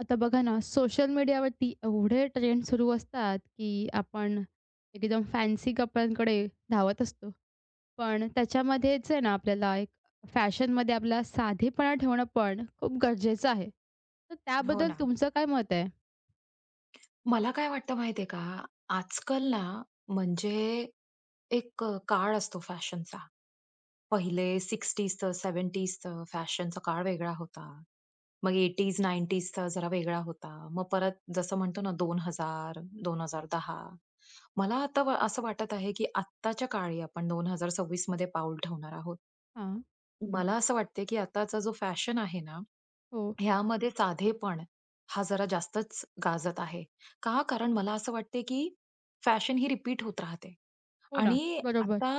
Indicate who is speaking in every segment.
Speaker 1: आता बघा ना, सोशल मीडियावरती एवढे ट्रेंड सुरू असतात, की आपण एकदम फॅन्सी कपड्यांकडे धावत असतो. पण त्याच्यामध्येच आहे ना, आपल्याला एक फॅशनमध्ये आपला साधेपणा ठेवणं पण खूप गरजेचं आहे. तर
Speaker 2: हो
Speaker 1: त्याबद्दल
Speaker 2: ना.
Speaker 1: तुमचं काय मत आहे?
Speaker 2: मला काय वाटतं माहितीये का, आजकाल ना म्हणजे एक काळ असतो फॅशनचा. पहिले 60sचं 70sचं फॅशनचा काळ वेगळा होता. मग 80s-90sचा जरा वेगळा होता. मग परत जसं म्हणतो ना 2000, 2010 मला आता असं वाटत आहे, की आत्ताच्या काळी आपण 2026 मध्ये पाऊल ठेवणार आहोत.
Speaker 1: हां.
Speaker 2: मला असं वाटतंय, की आताचा जो फॅशन आहे ना
Speaker 1: हो.
Speaker 2: ह्यामध्ये साधेपण हा जरा जास्तच गाजत आहे. का? कारण मला असं वाटते, की फॅशन ही रिपीट होत राहते
Speaker 1: हो ना.
Speaker 2: आणि
Speaker 1: बरोबर.
Speaker 2: आता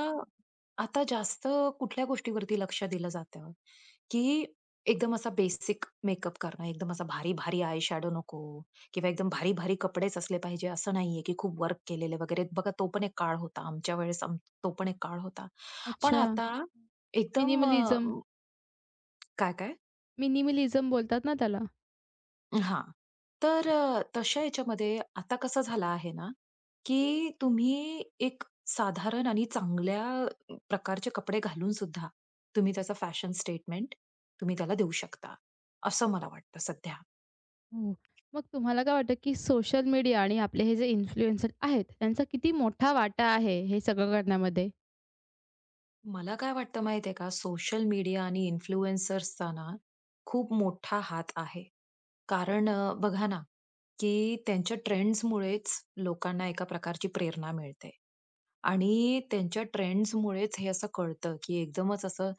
Speaker 2: आता जास्त कुठल्या गोष्टीवरती लक्ष दिलं जातं, की एकदम असा बेसिक मेकअप करणं, एकदम असा भारी-भारी आय शॅडो नको किंवा एकदम भारी-भारी कपडेच असले पाहिजे, असं नाहीये, की खूप वर्क केलेले वगैरे. बघा तो पण एक काळ होता. आमच्या वेळेस आम तो पण एक काळ होता. पण
Speaker 1: अच्छा.
Speaker 2: आता एकदम
Speaker 1: मिनिमलिझम
Speaker 2: काय, काय?
Speaker 1: मिनिमलिझम बोलतात ना त्याला?
Speaker 2: हां. तर तशा याच्यामध्ये आता कसं झालं आहे ना, की तुम्ही एक साधारण आणि चांगल्या प्रकारचे कपडे घालून सुद्धा तुम्ही त्याचा फॅशन स्टेटमेंट तुम्ही त्याला देऊ शकता, असं मला वाटतं सध्या.
Speaker 1: हो. मग तुम्हाला काय वाटतं, की सोशल मीडिया आणि आपले हे जे इन्फ्लुएन्सर आहेत, त्यांचा किती मोठा वाटा आहे हे सगळं करण्यामध्ये?
Speaker 2: मला काय वाटतं माहिती आहे का, सोशल मीडिया आणि इन्फ्लुएन्सर्सचा ना खूप मोठा हात आहे. कारण बघा ना, की त्यांच्या ट्रेंड्समुळेच लोकांना एका प्रकारची प्रेरणा मिळते. आणि त्यांच्या ट्रेंड्समुळेच हे असं कळतं, की एकदमच असं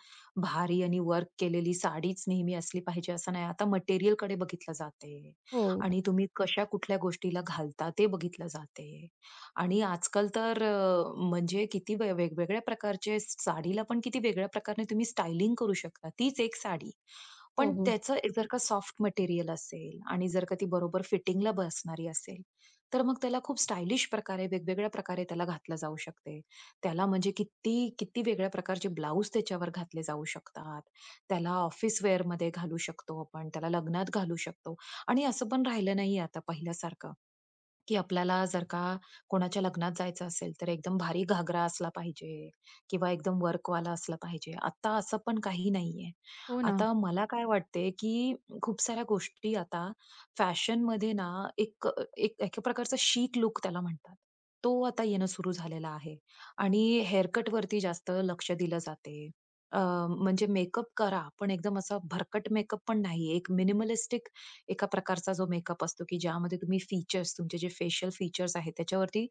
Speaker 2: भारी आणि वर्क केलेली साडीच नेहमी असली पाहिजे असं नाही. आता मटेरियल कडे बघितलं जाते
Speaker 1: हो.
Speaker 2: आणि तुम्ही कशा कुठल्या गोष्टीला घालता ते बघितलं जाते. आणि आजकाल तर म्हणजे किती वे वेगवेगळ्या प्रकारचे साडीला पण किती वेगळ्या प्रकारे तुम्ही स्टायलिंग करू शकता. तीच एक साडी.
Speaker 1: हो,
Speaker 2: पण
Speaker 1: हो.
Speaker 2: त्याचं एक जर का सॉफ्ट मटेरियल असेल आणि जर का ती बरोबर फिटिंगला बसणारी असेल, तर मग त्याला खूप स्टायलिश प्रकारे, वेगवेगळ्या प्रकारे त्याला घातलं जाऊ शकते. त्याला म्हणजे किती वेगळ्या प्रकारचे ब्लाउज त्याच्यावर घातले जाऊ शकतात. त्याला ऑफिस वेअरमध्ये घालू शकतो आपण, त्याला लग्नात घालू शकतो आणि असं पण राहिलं नाहीये आता पहिल्यासारखं. की आपल्याला जर का कोणाच्या लग्नात जायचं असेल, तर एकदम भारी घागरा असला पाहिजे किंवा एकदम वर्कवाला असला पाहिजे. आता असं पण काही नाहीये.
Speaker 1: हो ना.
Speaker 2: आता मला काय वाटते, की खूप साऱ्या गोष्टी आता फॅशनमध्ये ना एक एक एका प्रकारचा शीक लूक त्याला म्हणतात. तो आता येणं सुरू झालेला आहे आणि हेअरकटवरती जास्त लक्ष दिलं जाते. अ, म्हणजे मेकअप करा, पण एकदम असा भरकट मेकअप पण नाही. एक मिनिमलिस्टिक एका प्रकारचा जो मेकअप असतो, की ज्यामध्ये तुम्ही फीचर्स तुमचे जे फेशियल फीचर्स आहेत त्याच्यावरती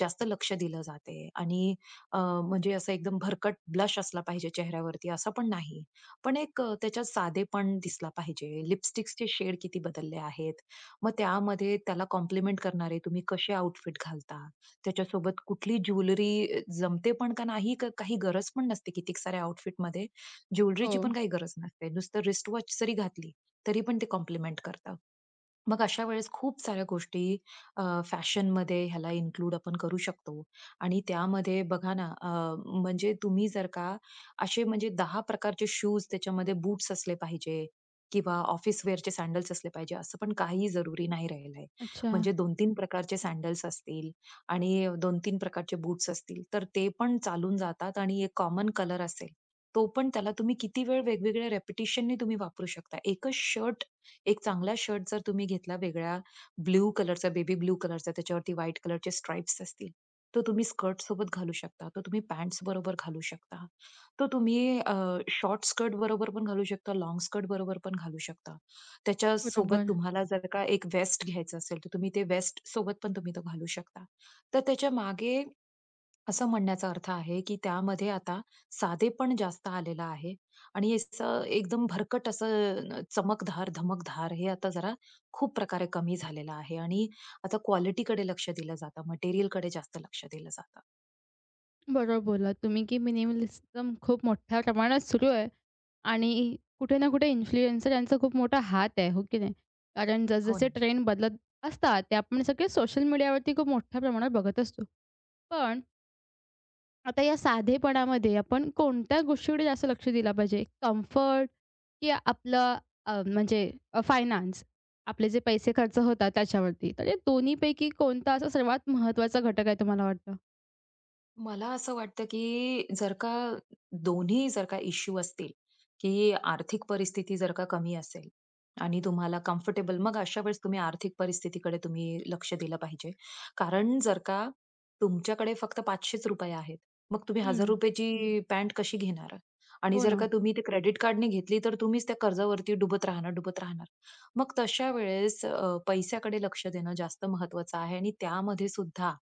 Speaker 2: जास्त लक्ष दिलं जाते आणि अ, म्हणजे असं एकदम भरकट ब्लश असला पाहिजे चेहऱ्यावरती असं पण नाही. पण एक त्याच्यात साधेपण दिसला पाहिजे. लिपस्टिक्सचे शेड किती बदलले आहेत. मग त्यामध्ये त्याला कॉम्प्लिमेंट करणारे तुम्ही कसे आउटफिट घालता? त्याच्यासोबत कुठली ज्वेलरी जमते पण का नाही? का काही गरज पण नसते कितीक साऱ्या आउटफिटमध्ये.
Speaker 1: हो.
Speaker 2: ज्वेलरीची पण काही गरज नसते. नुसतं रिस्टवॉच जरी घातली तरी पण ते कॉम्प्लिमेंट करतात. मग अशा वेळेस खूप साऱ्या गोष्टी अ, फॅशनमध्ये ह्याला इन्क्लूड आपण करू शकतो आणि त्यामध्ये बघा ना म्हणजे तुम्ही जर का असे म्हणजे 10 प्रकारचे शूज त्याच्यामध्ये बूट्स असले पाहिजे किंवा ऑफिस वेअरचे सँडल्स असले पाहिजे, असं पण काही जरुरी नाही राहिलं
Speaker 1: अच्छा.
Speaker 2: म्हणजे 2-3 प्रकारचे सँडल्स असतील आणि 2-3 प्रकारचे बूट्स असतील, तर ते पण चालून जातात आणि एक कॉमन कलर असेल, तो पण त्याला तुम्ही किती वेळ वेगवेगळ्या रिपिटिशननी तुम्ही वापरू शकता. एकच शर्ट एक चांगला शर्ट जर तुम्ही घेतला ब्लू कलरचा, बेबी ब्लू कलरचा, त्याच्यावरती व्हाईट कलरचे स्ट्राइप्स असतील, तो तुम्ही स्कर्ट सोबत घालू शकता. तो तुम्ही पॅन्ट्स बरोबर घालू शकता. तो तुम्ही शॉर्ट स्कर्ट बरोबर पण घालू शकता, लाँग स्कर्ट बरोबर पण घालू शकता. त्याच्यासोबत
Speaker 1: बरोबर.
Speaker 2: तुम्हाला जर का एक वेस्ट घ्यायचं असेल, तर तुम्ही ते वेस्ट सोबत पण तुम्ही तो घालू शकता. तर त्याच्यामागे असं म्हणण्याचा अर्थ आहे, की त्यामध्ये आता साधेपण जास्त आलेलं आहे आणि हे असं एकदम भरकट असं चमकदार, धमकदार हे आता जरा खूप प्रकारे कमी झालेलं आहे आणि आता क्वालिटीकडे लक्ष दिलं जातं, मटेरियलकडे जास्त लक्ष दिलं जातं.
Speaker 1: बरोबर बोललात तुम्ही, की मिनिमलिझम खूप मोठ्या प्रमाणात सुरू आहे आणि कुठे ना कुठे इन्फ्लुएन्सर यांचा खूप मोठा हात आहे, हो की नाही? कारण
Speaker 2: हो
Speaker 1: जसजसे
Speaker 2: ना.
Speaker 1: ट्रेंड बदलत असतात, ते आपण सगळे सोशल मीडियावरती खूप मोठ्या प्रमाणात बघत असतो. पण आता या साधेपणामध्ये आपण कोणत्या गोष्टीकडे जास्त लक्ष दिला पाहिजे? कम्फर्ट की आपलं म्हणजे फायनान्स आपले जे पैसे खर्च होतात त्याच्यावरती. तर या दोन्हीपैकी कोणता असा सर्वात महत्त्वाचा घटक आहे तुम्हाला वाटतं?
Speaker 2: मला असं वाटतं, की जर का दोन्ही जर का इश्यू असतील, की आर्थिक परिस्थिती जर का कमी असेल आणि तुम्हाला कम्फर्टेबल मग अशा वेळेस आर्थिक परिस्थितीकडे तुम्ही लक्ष दिलं पाहिजे. कारण जर का तुमच्याकडे फक्त ₹500च आहेत, मग तुम्ही
Speaker 1: हं.
Speaker 2: ₹1000 ची पॅन्ट कशी घेणार? आणि
Speaker 1: हो
Speaker 2: जर
Speaker 1: ना.
Speaker 2: का तुम्ही ते क्रेडिट कार्डने घेतली, तर तुम्हीच त्या कर्जावरती डुबत राहणार. मग तशा वेळेस पैशाकडे लक्ष देणं जास्त महत्त्वाचं आहे आणि त्यामध्ये सुद्धा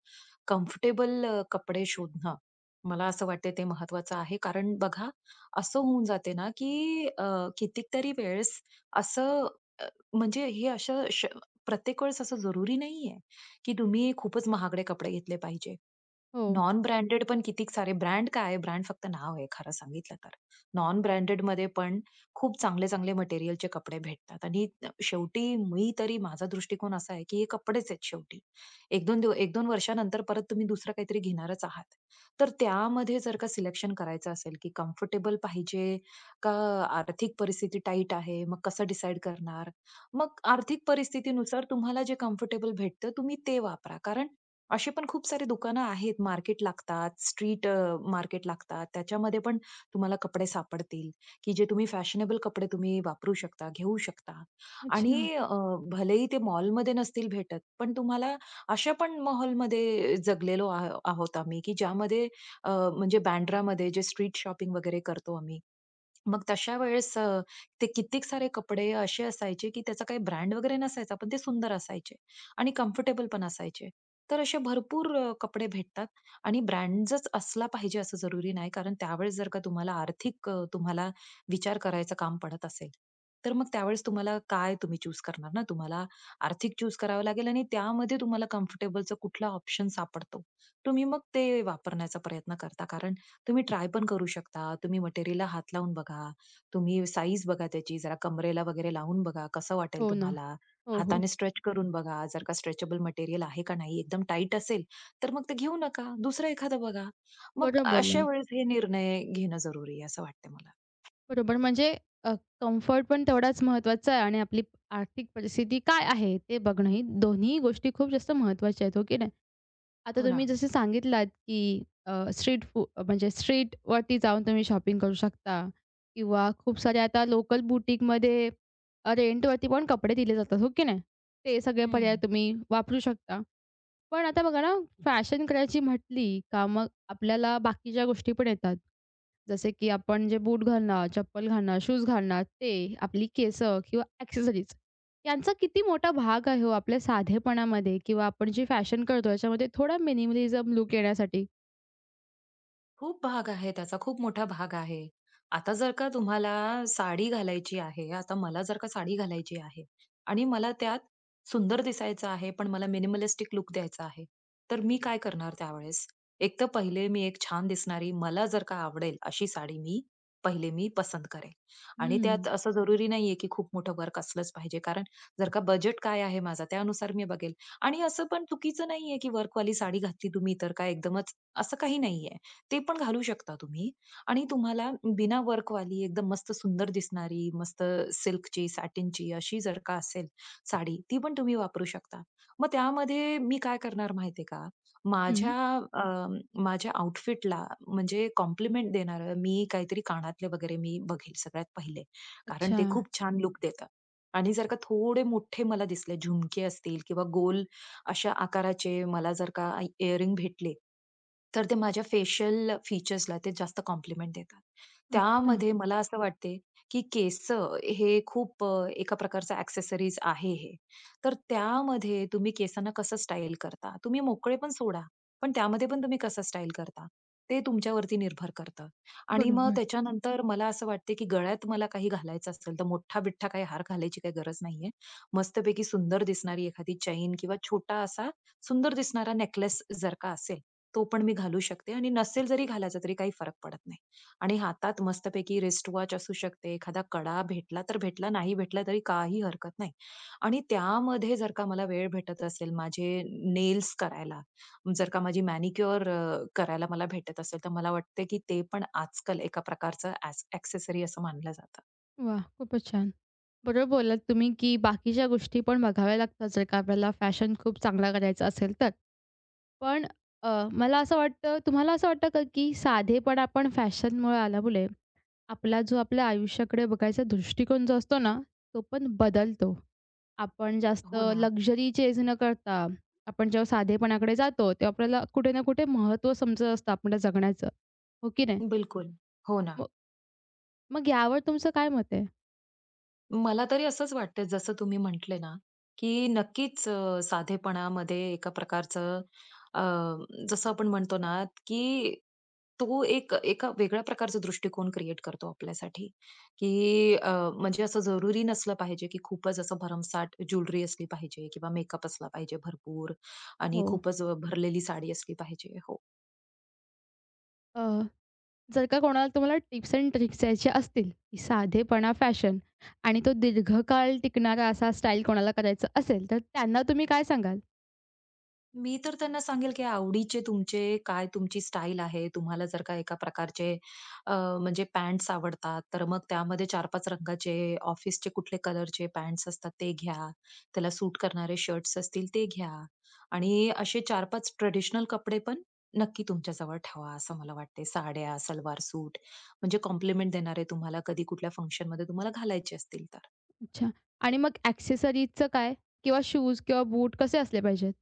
Speaker 2: कम्फर्टेबल कपडे शोधणं, मला असं वाटते ते महत्वाचं आहे. कारण बघा, असं होऊन जाते ना, की कितीतरी वेळेस असं अ, म्हणजे हे असं श प्रत्येक वेळेस असं जरुरी नाहीये, की तुम्ही खूपच महागडे कपडे घेतले पाहिजे.
Speaker 1: हो.
Speaker 2: नॉन ब्रँडेड पण किती सारे ब्रँड काय आहे, ब्रँड फक्त नाव आहे खरं सांगितलं तर. नॉन ब्रँडेडमध्ये पण खूप चांगले-चांगले मटेरियलचे कपडे भेटतात आणि शेवटी मी तरी माझा दृष्टिकोन असा आहे, की हे कपडेच आहेत शेवटी. 1-2 वर्षानंतर परत तुम्ही दुसरं काहीतरी घेणारच आहात. तर त्यामध्ये जर का सिलेक्शन करायचं असेल, की कम्फर्टेबल पाहिजे का आर्थिक परिस्थिती टाईट आहे, मग कसं डिसाईड करणार? मग आर्थिक परिस्थितीनुसार तुम्हाला जे कम्फर्टेबल भेटतं तुम्ही ते वापरा कारण अशी पण खूप सारी दुकानं आहेत, मार्केट लागतात, स्ट्रीट मार्केट लागतात. त्याच्यामध्ये पण तुम्हाला कपडे सापडतील, की जे तुम्ही फॅशनेबल कपडे तुम्ही वापरू शकता, घेऊ शकता. आणि
Speaker 1: अच्छा.
Speaker 2: भलेही ते मॉलमध्ये नसतील भेटत, पण तुम्हाला अशा पण माहोलमध्ये जगलेलो आह आहोत आम्ही, की ज्यामध्ये अ, म्हणजे बँड्रामध्ये जे स्ट्रीट शॉपिंग वगैरे करतो आम्ही, मग तशा वेळेस ते कित्येक सारे कपडे असे असायचे, की त्याचा काही ब्रँड वगैरे नसायचा, पण ते सुंदर असायचे आणि कम्फर्टेबल पण असायचे. तर असे भरपूर कपडे भेटतात आणि ब्रँडच असला पाहिजे असं जरुरी नाही. कारण त्यावेळेस जर का तुम्हाला विचार करायचं काम पडत असेल, तर मग त्यावेळेस तुम्हाला काय तुम्ही चूज करणार ना. तुम्हाला आर्थिक चूज करावं लागेल आणि त्यामध्ये तुम्हाला कम्फर्टेबलचा कुठला ऑप्शन सापडतो, तुम्ही मग ते वापरण्याचा प्रयत्न करता. कारण तुम्ही ट्राय पण करू शकता. तुम्ही मटेरियलला हात लावून बघा. तुम्ही साईज बघा त्याची, जरा कंबरेला वगैरे लावून बघा कसं वाटेल
Speaker 1: हो ना.
Speaker 2: तुम्हाला.
Speaker 1: हो, हो.
Speaker 2: हाताने स्ट्रेच करून बघा. जर का स्ट्रेचेबल मटेरियल आहे का नाही, एकदम टाईट असेल, तर मग ते घेऊ नका. दुसरं एखादं बघा. मग
Speaker 1: बरोबर
Speaker 2: अशा
Speaker 1: बोललात.
Speaker 2: वेळेस हे निर्णय घेणं जरुरी आहे असं वाटतं मला.
Speaker 1: बरोबर म्हणजे अ, कम्फर्ट पण तेवढाच महत्त्वाचा आहे आणि आपली आर्थिक परिस्थिती काय आहे ते बघणंही दोन्ही गोष्टी खूप जास्त महत्त्वाच्या आहेत. हो की नाही? आता
Speaker 2: हो
Speaker 1: तुम्ही
Speaker 2: ना.
Speaker 1: जसे सांगितलात, की स्ट्रीट फू म्हणजे स्ट्रीटवरती जाऊन तुम्ही शॉपिंग करू शकता किंवा खूप सारे आता लोकल बुटीकमध्ये रेंटवरती पण कपडे दिले जातात, हो की नाही? ते सगळे पर्याय
Speaker 2: हं.
Speaker 1: तुम्ही वापरू शकता. पण आता बघा ना, फॅशन करायची म्हटली का मग आपल्याला बाकीच्या गोष्टी पण येतात. जसे की आपण जे बूट घालणार, चप्पल घालणार, शूज घालणार ते, आपली केस किंवा ॲक्सेसरीज यांचा किती मोठा भाग आहे हो आपल्या साधेपणामध्ये किंवा आपण जी फॅशन करतो याच्यामध्ये थोडा मिनिमलिझम लूक येण्यासाठी?
Speaker 2: खूप भाग आहे त्याचा, खूप मोठा भाग आहे. आता जर का तुम्हाला साडी घालायची आहे, आता मला जर का साडी घालायची आहे आणि मला त्यात सुंदर दिसायचं आहे, पण मला मिनिमलिस्टिक लूक द्यायचा आहे. तर मी काय करणार त्यावेळेस? एक तर पहिले मी एक छान दिसणारी, मला जर का आवडेल अशी साडी मी पसंत करेल. आणि
Speaker 1: हं.
Speaker 2: त्यात असं जरुरी नाहीये, की खूप मोठं वर्क असलंच पाहिजे. कारण जर का बजेट काय आहे माझा, त्यानुसार मी बघेल. आणि असं पण चुकीचं नाहीये, की वर्कवाली साडी घातली तुम्ही तर काय एकदमच असं काही नाहीये. ते पण घालू शकता तुम्ही आणि तुम्हाला बिना वर्कवाली एकदम मस्त सुंदर दिसणारी, मस्त सिल्कची, सॅटिनची अशी जर का असेल साडी, ती पण तुम्ही वापरू शकता. मग त्यामध्ये मी काय करणार माहिती का?
Speaker 1: हं.
Speaker 2: माझ्या अ, माझ्या आउटफिटला म्हणजे कॉम्प्लिमेंट देणारं काहीतरी कानातले वगैरे मी बघेल सगळ्यात पहिले. कारण
Speaker 1: अच्छा,
Speaker 2: ते खूप छान लूक देतं आणि जर का थोडे मोठे मला दिसले, झुमके असतील किंवा गोल अशा आकाराचे मला जर का इअरिंग भेटले, तर ते माझ्या फेशियल फीचर्सला ते जास्त कॉम्प्लिमेंट देतात.
Speaker 1: अच्छा.
Speaker 2: त्यामध्ये मला असं वाटते, की केस हे खूप एका प्रकारचं एक्सेसरीज आहे हे. तर त्यामध्ये तुम्ही केसांना कसं स्टाईल करता? तुम्ही मोकळे पण सोडा, पण त्यामध्ये पण तुम्ही कसं स्टाईल करता? ते तुमच्यावरती निर्भर करतं. आणि मग
Speaker 1: बरोबर.
Speaker 2: त्याच्यानंतर मला असं वाटते, की गळ्यात मला काही घालायचं असेल, तर मोठा-बिठ्ठा काही हार घालायची काही गरज नाहीये. मस्तपैकी सुंदर दिसणारी एखादी चैन किंवा छोटा असा सुंदर दिसणारा नेकलेस जर का असेल, तो पण मी घालू शकते आणि नसेल जरी घालायचा तरी काही फरक पडत नाही. आणि हातात मस्तपैकी रिस्ट वॉच असू शकते, एखादा कडा भेटला तर भेटला, नाही भेटला तरी काही हरकत नाही. आणि त्यामध्ये जर का मला वेळ भेटत असेल माझे नेल्स करायला, जर का माझी मॅनिक्युअर करायला मला भेटत असेल, तर मला वाटते की ते पण आजकाल एका प्रकारचं असं मानलं जातं.
Speaker 1: वाह! खूपच छान. बरोबर बोललात तुम्ही, की बाकीच्या गोष्टी पण बघाव्या लागतात जर का आपल्याला फॅशन खूप चांगला करायचा असेल तर. पण मला असं वाटतं तुम्हाला असं वाटतं का, की साधेपणा पण फॅशनमुळे आल्यामुळे आपला जो आपल्या आयुष्याकडे बघायचा दृष्टिकोन जो असतो ना, तो पण बदलतो. आपण जास्त
Speaker 2: हो ना.
Speaker 1: लक्झरी चेज न करता, आपण जेव्हा साधेपणाकडे जातो, तेव्हा आपल्याला कुठे ना कुठे महत्त्व समजत असतं आपल्या जगण्याचं, हो की नाही?
Speaker 2: बिलकुल. हो ना.
Speaker 1: मग मग यावर तुमचं काय मत आहे?
Speaker 2: मला तरी असंच वाटतं जसं तुम्ही म्हटले ना, की नक्कीच साधेपणामध्ये एका प्रकारचं अ, जसं आपण म्हणतो ना, की तो एका वेगळ्या प्रकारचा दृष्टिकोन क्रिएट करतो आपल्यासाठी, की म्हणजे असं जरुरी नसलं पाहिजे, की खूपच असं भरमसाठ ज्वेलरी असली पाहिजे किंवा मेकअप असला पाहिजे भरपूर आणि
Speaker 1: हो.
Speaker 2: खूपच भरलेली साडी असली पाहिजे. हो.
Speaker 1: अ जर का कोणाला तुम्हाला टिप्स अँड ट्रिक्स द्यायचे असतील, की साधेपणा फॅशन आणि तो दीर्घकाळ टिकणारा असा स्टाईल कोणाला करायचा असेल, तर त्यांना तुम्ही काय सांगाल?
Speaker 2: मी तर त्यांना सांगेल, की आवडीचे तुमचे काय तुमची स्टाईल आहे. तुम्हाला जर का एका प्रकारचे अ, म्हणजे पॅन्ट्स आवडतात, तर मग त्यामध्ये 4-5 रंगाचे ऑफिसचे कुठले कलरचे पॅन्ट्स असतात ते घ्या. त्याला सूट करणारे शर्ट्स असतील ते घ्या. आणि असे 4-5 ट्रेडिशनल कपडे पण नक्की तुमच्याजवळ ठेवा, असं मला वाटते. साड्या, सलवार सूट म्हणजे कॉम्प्लिमेंट देणारे तुम्हाला कधी कुठल्या फंक्शनमध्ये तुम्हाला घालायचे असतील तर.
Speaker 1: अच्छा आणि मग ॲक्सेसरीजचं काय? किंवा शूज किंवा बूट कसे असले पाहिजेत?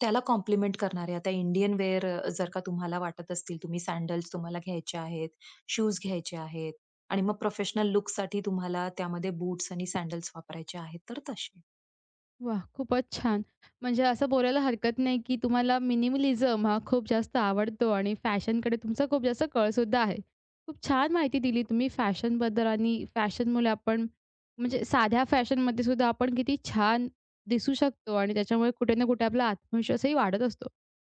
Speaker 2: त्याला कॉम्प्लिमेंट करणारे आता इंडियन वेअर जर का तुम्हाला वाटत असतील, तुम्ही सॅडल्स तुम्हाला घ्यायचे आहेत, शूज घ्यायचे आहेत आणि मग प्रोफेशनल लूकसाठी तुम्हाला त्यामध्ये बूट्स आणि सॅडल्स वापरायचे आहेत, तर तसे.
Speaker 1: वाह! खूपच छान. म्हणजे असं बोलायला हरकत नाही, की तुम्हाला मिनिमलिझम हा खूप जास्त आवडतो आणि फॅशनकडे तुमचा खूप जास्त कळ सुद्धा आहे. खूप छान माहिती दिली तुम्ही फॅशनबद्दल आणि फॅशनमुळे आपण म्हणजे साध्या फॅशनमध्ये सुद्धा आपण किती छान दिसू शकतो आणि त्याच्यामुळे कुठे ना कुठे आपला आत्मविश्वासही वाढत असतो.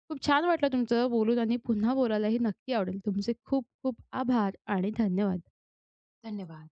Speaker 1: खूप छान वाटलं तुमचं बोलून आणि पुन्हा बोलायलाही नक्की आवडेल. तुमचे खूप खूप आभार आणि धन्यवाद.
Speaker 2: धन्यवाद.